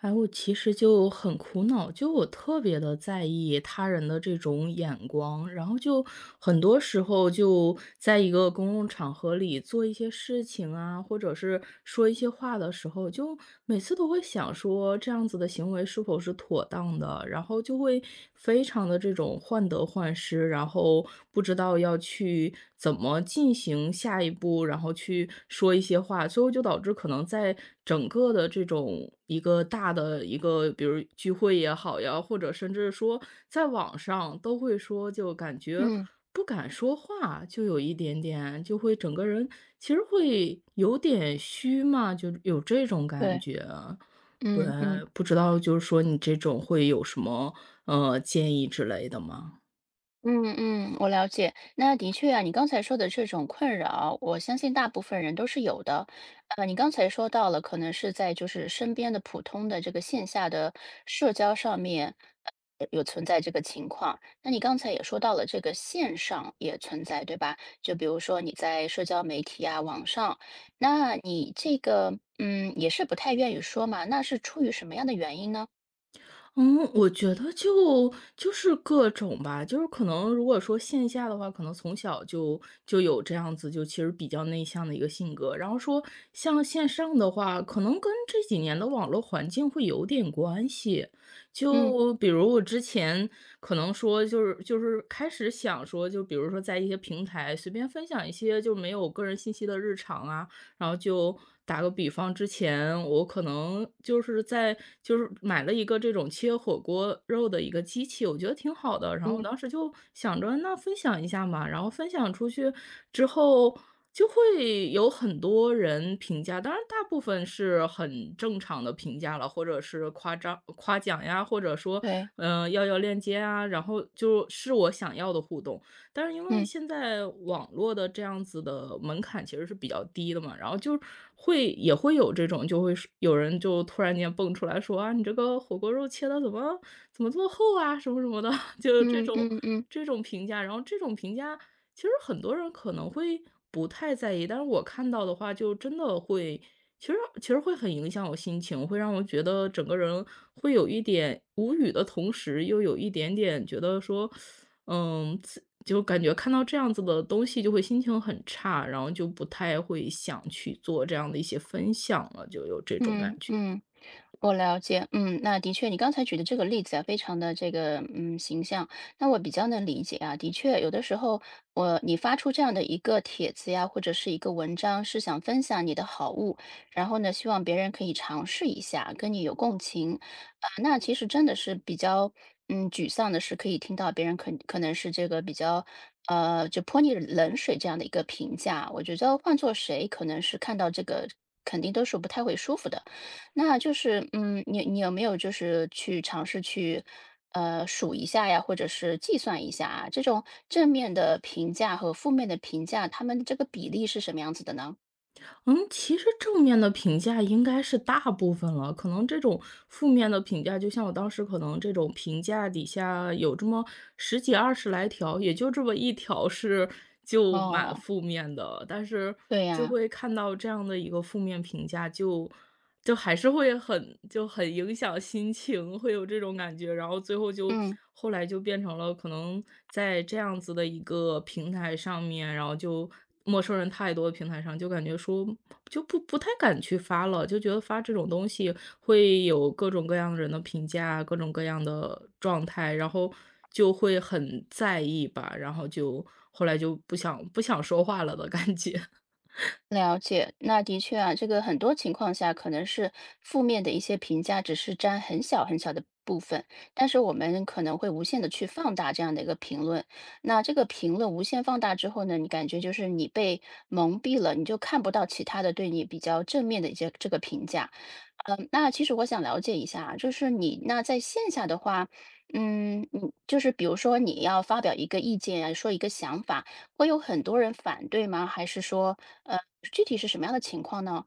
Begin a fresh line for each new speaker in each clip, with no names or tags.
哎，我其实就很苦恼，就我特别的在意他人的这种眼光，然后就很多时候就在一个公共场合里做一些事情啊，或者是说一些话的时候，就每次都会想说这样子的行为是否是妥当的，然后就会非常的这种患得患失，然后不知道要去怎么进行下一步，然后去说一些话，最后就导致可能在整个的这种一个大的一个，比如聚会也好呀，或者甚至说在网上都会说，就感觉
嗯，
不敢说话，就有一点点，就会整个人其实会有点虚嘛，就有这种感
对，
觉。对，
嗯嗯
不知道就是说你这种会有什么建议之类的吗？
嗯嗯，我了解。那的确啊，你刚才说的这种困扰，我相信大部分人都是有的。你刚才说到了，可能是在身边的普通的这个线下的社交上面，有存在这个情况。那你刚才也说到了，这个线上也存在，对吧？就比如说你在社交媒体啊，网上，那你这个也是不太愿意说嘛，那是出于什么样的原因呢？
嗯，我觉得就是各种吧，就是可能如果说线下的话，可能从小就有这样子，就其实比较内向的一个性格。然后说像线上的话，可能跟这几年的网络环境会有点关系。
嗯
就比如我之前可能说就是开始想说，就比如说在一些平台随便分享一些就没有个人信息的日常啊，然后就打个比方，之前我可能就是在就是买了一个这种切火锅肉的一个机器，我觉得挺好的，然后我
嗯，
当时就想着那分享一下嘛，然后分享出去之后就会有很多人评价，当然大部分是很正常的评价了，或者是夸张夸奖呀，或者说，
对，
嗯、要链接啊，然后就是我想要的互动。但是因为
嗯。
现在网络的这样子的门槛其实是比较低的嘛，然后就会也会有这种，就会是有人就突然间蹦出来说啊，你这个火锅肉切的怎么这么厚啊，什么什么的，就这
嗯
种
嗯嗯
这种评价。然后这种评价，其实很多人可能会不太在意，但是我看到的话，就真的会，其实其实会很影响我心情，会让我觉得整个人会有一点无语的同时，又有一点点觉得说。嗯，自就感觉看到这样子的东西就会心情很差，然后就不太会想去做这样的一些分享了，就有这种感
嗯
觉。
嗯，我了解，嗯，那的确，你刚才举的这个例子啊，非常的这个形象，那我比较能理解啊。的确，有的时候你发出这样的一个帖子呀，或者是一个文章，是想分享你的好物，然后呢，希望别人可以尝试一下，跟你有共情啊。那其实真的是比较沮丧的是，可以听到别人可能是这个比较。就泼你冷水这样的一个评价，我觉得换做谁，可能是看到这个肯定都是不太会舒服的。那就是，嗯，你有没有去尝试去，呃，数一下呀，或者是计算一下啊，这种正面的评价和负面的评价，他们这个比例是什么样子的呢？
嗯，其实正面的评价应该是大部分了，可能这种负面的评价，就像我当时可能这种评价底下有这么十几二十来条，也就这么一条是就蛮
哦，
负面的，但是
对
就
呀，
会看到这样的一个负面评价就。就还是会很影响心情，会有这种感觉。然后最后就
嗯。
后来就变成了可能在这样子的一个平台上面，然后就陌生人太多的平台上，就感觉说就不太敢去发了，就觉得发这种东西会有各种各样人的评价，各种各样的状态，然后就会很在意吧，然后就后来就不想说话了的感觉。
了解，那的确啊，这个很多情况下可能是负面的一些评价，只是占很小很小的部分，但是我们可能会无限的去放大这样的一个评论。那这个评论无限放大之后呢，你感觉就是你被蒙蔽了，你就看不到其他的对你比较正面的一些这个评价。嗯，那其实我想了解一下啊，就是你那在线下的话，嗯，你就是比如说你要发表一个意见啊，说一个想法。会有很多人反对吗？还是说，呃，具体是什么样的情况呢？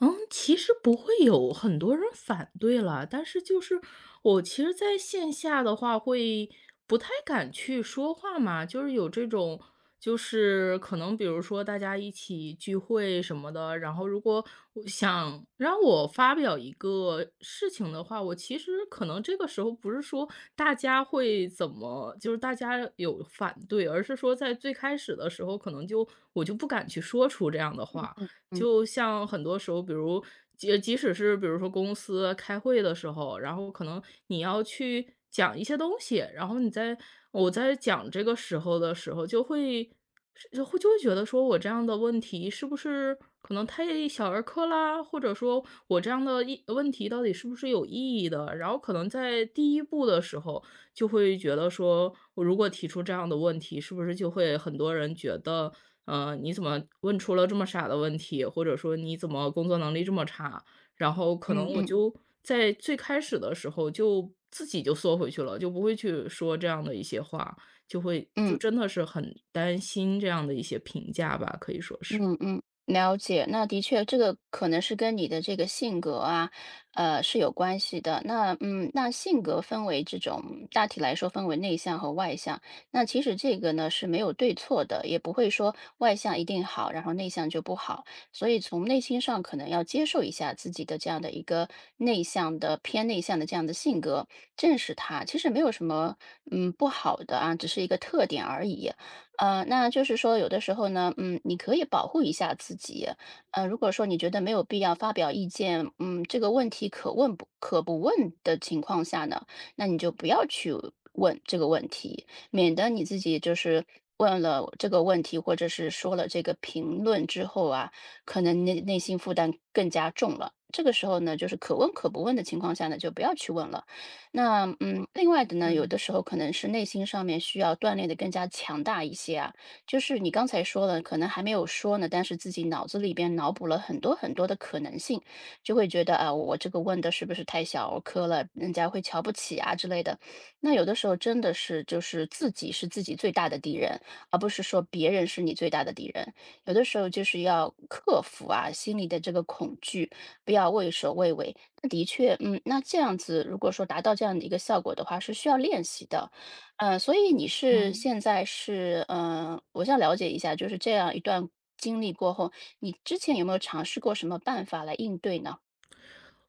嗯，其实不会有很多人反对了，但是就是我其实在线下的话会不太敢去说话嘛，就是有这种，就是可能比如说大家一起聚会什么的，然后如果我想让我发表一个事情的话，我其实可能这个时候不是说大家会怎么，就是大家有反对，而是说在最开始的时候，可能就我就不敢去说出这样的话。
嗯
就像很多时候，比如即使是比如说公司开会的时候，然后可能你要去讲一些东西，然后我在讲这个时候的时候，就会是就会就会觉得说我这样的问题是不是可能太小儿科啦，或者说我这样的意问题到底是不是有意义的？然后可能在第一步的时候，就会觉得说我如果提出这样的问题，是不是就会很多人觉得嗯，你怎么问出了这么傻的问题，或者说你怎么工作能力这么差？然后可
嗯
能我
嗯
就在最开始的时候就自己就缩回去了，就不会去说这样的一些话，就会就
嗯。
真的是很担心这样的一些评价吧，可以说是。
嗯嗯，了解。那的确，这个可能是跟你的这个性格啊，呃，是有关系的。那嗯，那性格分为这种大体来说分为内向和外向。那其实这个呢是没有对错的，也不会说外向一定好，然后内向就不好。所以从内心上可能要接受一下自己的这样的一个内向的偏内向的这样的性格，正视它，其实没有什么不好的啊，只是一个特点而已。那就是说有的时候呢，嗯，你可以保护一下自己。如果说你觉得没有必要发表意见，嗯，这个问题可问不可不问的情况下呢，那你就不要去问这个问题，免得你自己就是问了这个问题，或者是说了这个评论之后啊，可能内心负担更加重了。这个时候呢，就是可问可不问的情况下呢，就不要去问了。那嗯，另外的呢，有
对，
的时候可能是内心上面需要锻炼的更加强大一些啊。就是你刚才说了，可能还没有说呢，但是自己脑子里边脑补了很多很多的可能性，就会觉得啊，我这个问的是不是太小儿科了，人家会瞧不起啊之类的。那有的时候真的是就是自己是自己最大的敌人，而不是说别人是你最大的敌人。有的时候就是要克服啊心里的这个恐惧，不要畏首畏尾。那的确，嗯，那这样子，如果说达到这样的一个效果的话，是需要练习的。嗯，所以你是
嗯。
现在是，嗯，我想了解一下，就是这样一段经历过后，你之前有没有尝试过什么办法来应对呢？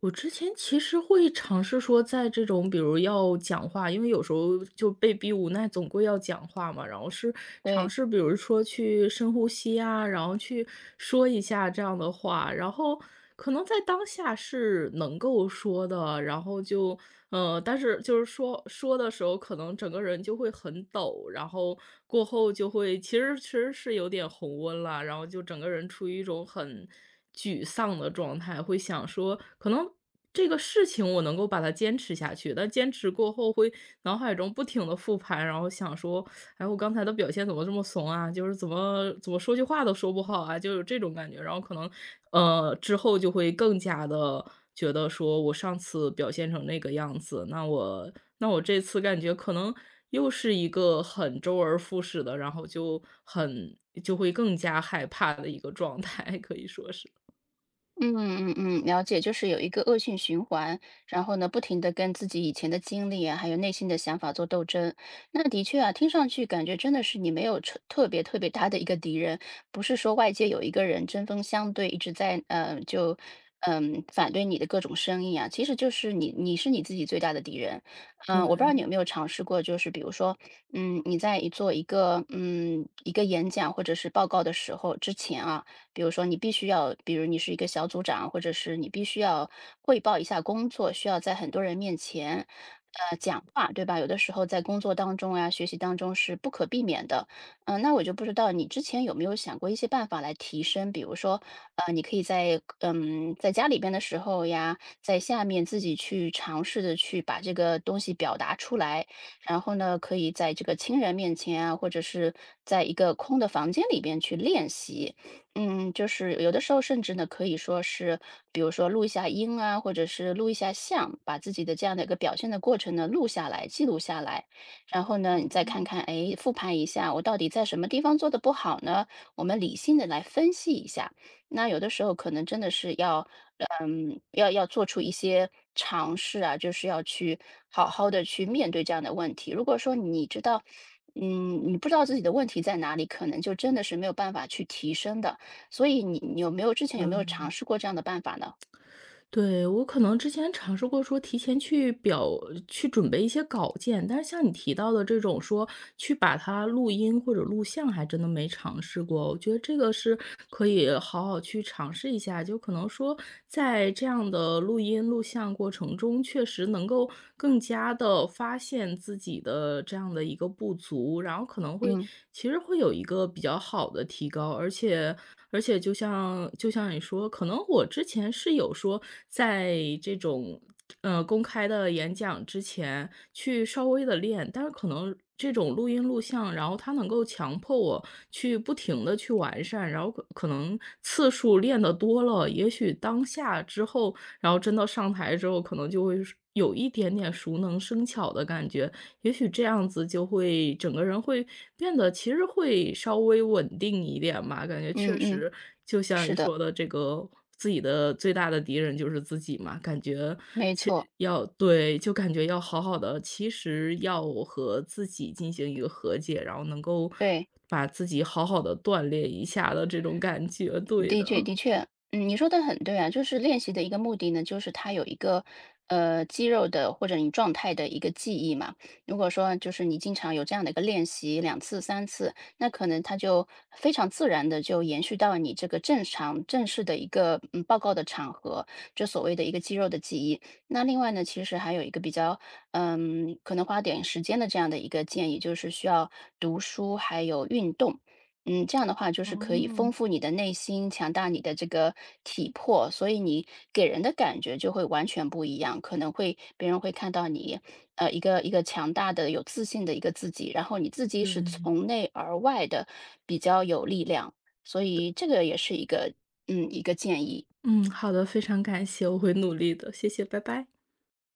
我之前其实会尝试说，在这种比如要讲话，因为有时候就被逼无奈，总归要讲话嘛。然后是尝
对。
试，比如说去深呼吸啊，然后去说一下这样的话，然后可能在当下是能够说的，然后但是就是说说的时候，可能整个人就会很抖，然后过后就会其实是有点红温了，然后就整个人处于一种很沮丧的状态，会想说可能这个事情我能够把它坚持下去，但坚持过后会脑海中不停地复盘，然后想说，哎，我刚才的表现怎么这么怂啊？就是怎么说句话都说不好啊，就有这种感觉。然后可能，之后就会更加的觉得说我上次表现成那个样子，那我这次感觉可能又是一个很周而复始的，然后就很就会更加害怕的一个状态，可以说是。
嗯嗯嗯，了解，就是有一个恶性循环，然后呢，不停的跟自己以前的经历啊，还有内心的想法做斗争。那的确啊，听上去感觉真的是你没有特别特别大的一个敌人，不是说外界有一个人针锋相对，一直在反对你的各种声音啊，其实就是你是你自己最大的敌人。嗯、我不知道你有
对。
没有尝试过，就是比如说，嗯，你在做一个一个演讲或者是报告的时候之前啊。比如说你必须要，比如你是一个小组长，或者是你必须要汇报一下工作，需要在很多人面前，呃，讲话，对吧？有的时候在工作当中啊，学习当中是不可避免的。嗯、那我就不知道你之前有没有想过一些办法来提升，比如说，你可以在在家里边的时候呀，在下面自己去尝试的去把这个东西表达出来，然后呢，可以在这个亲人面前啊，或者是在一个空的房间里边去练习。嗯，就是有的时候甚至呢，可以说是，比如说录一下音啊，或者是录一下像，把自己的这样的一个表现的过程呢录下来、记录下来，然后呢，你再看
哦。
看，哎，复盘一下，我到底在什么地方做的不好呢？我们理性的来分析一下。那有的时候可能真的是要，嗯，要做出一些尝试啊，就是要去好好的去面对这样的问题。如果说你知道，嗯，你不知道自己的问题在哪里，可能就真的是没有办法去提升的。所以你有没有之前有没有尝
对，
试过这样的办法呢？
对，我可能之前尝试过说提前去准备一些稿件，但是像你提到的这种说去把它录音或者录像还真的没尝试过。我觉得这个是可以好好去尝试一下，就可能说在这样的录音录像过程中，确实能够更加的发现自己的这样的一个不足，然后可能会
嗯，
其实会有一个比较好的提高，而且就像你说，可能我之前是有说，在这种，呃，公开的演讲之前去稍微的练，但是可能这种录音录像，然后它能够强迫我去不停的去完善，然后可能次数练得多了，也许当下之后，然后真的上台之后，可能就会是有一点点熟能生巧的感觉。也许这样子就会整个人会变得其实会稍微稳定一点吧，感觉
嗯
确
嗯，
实就像
是
你
的，
说的，这个自己的最大的敌人就是自己嘛，感觉
没
其
错，
对，就感觉要好好的，其实要和自己进行一个和解，然后能够
对。
把自己好好的锻炼一下的这种感觉，对
的确，
的。
的确，嗯，你说的很对啊，就是练习的一个目的呢，就是它有一个肌肉的或者你状态的一个记忆嘛。如果说就是你经常有这样的一个练习2次、3次，那可能它就非常自然的就延续到你这个正常正式的一个报告的场合，这所谓的一个肌肉的记忆。那另外呢，其实还有一个比较可能花点时间的这样的一个建议，就是需要读书还有运动。嗯，这样的话就是可以丰
哦，
富你的内心，强大你的这个体魄，所以你给人的感觉就会完全不一样，可能会别人会看到你，呃，一个强大的、有自信的一个自己，然后你自己是
对，
从内而外的比较有力量，所
对，
以这个也是一个一个建议。
嗯，好的，非常感谢，我会努力的，谢谢，拜拜。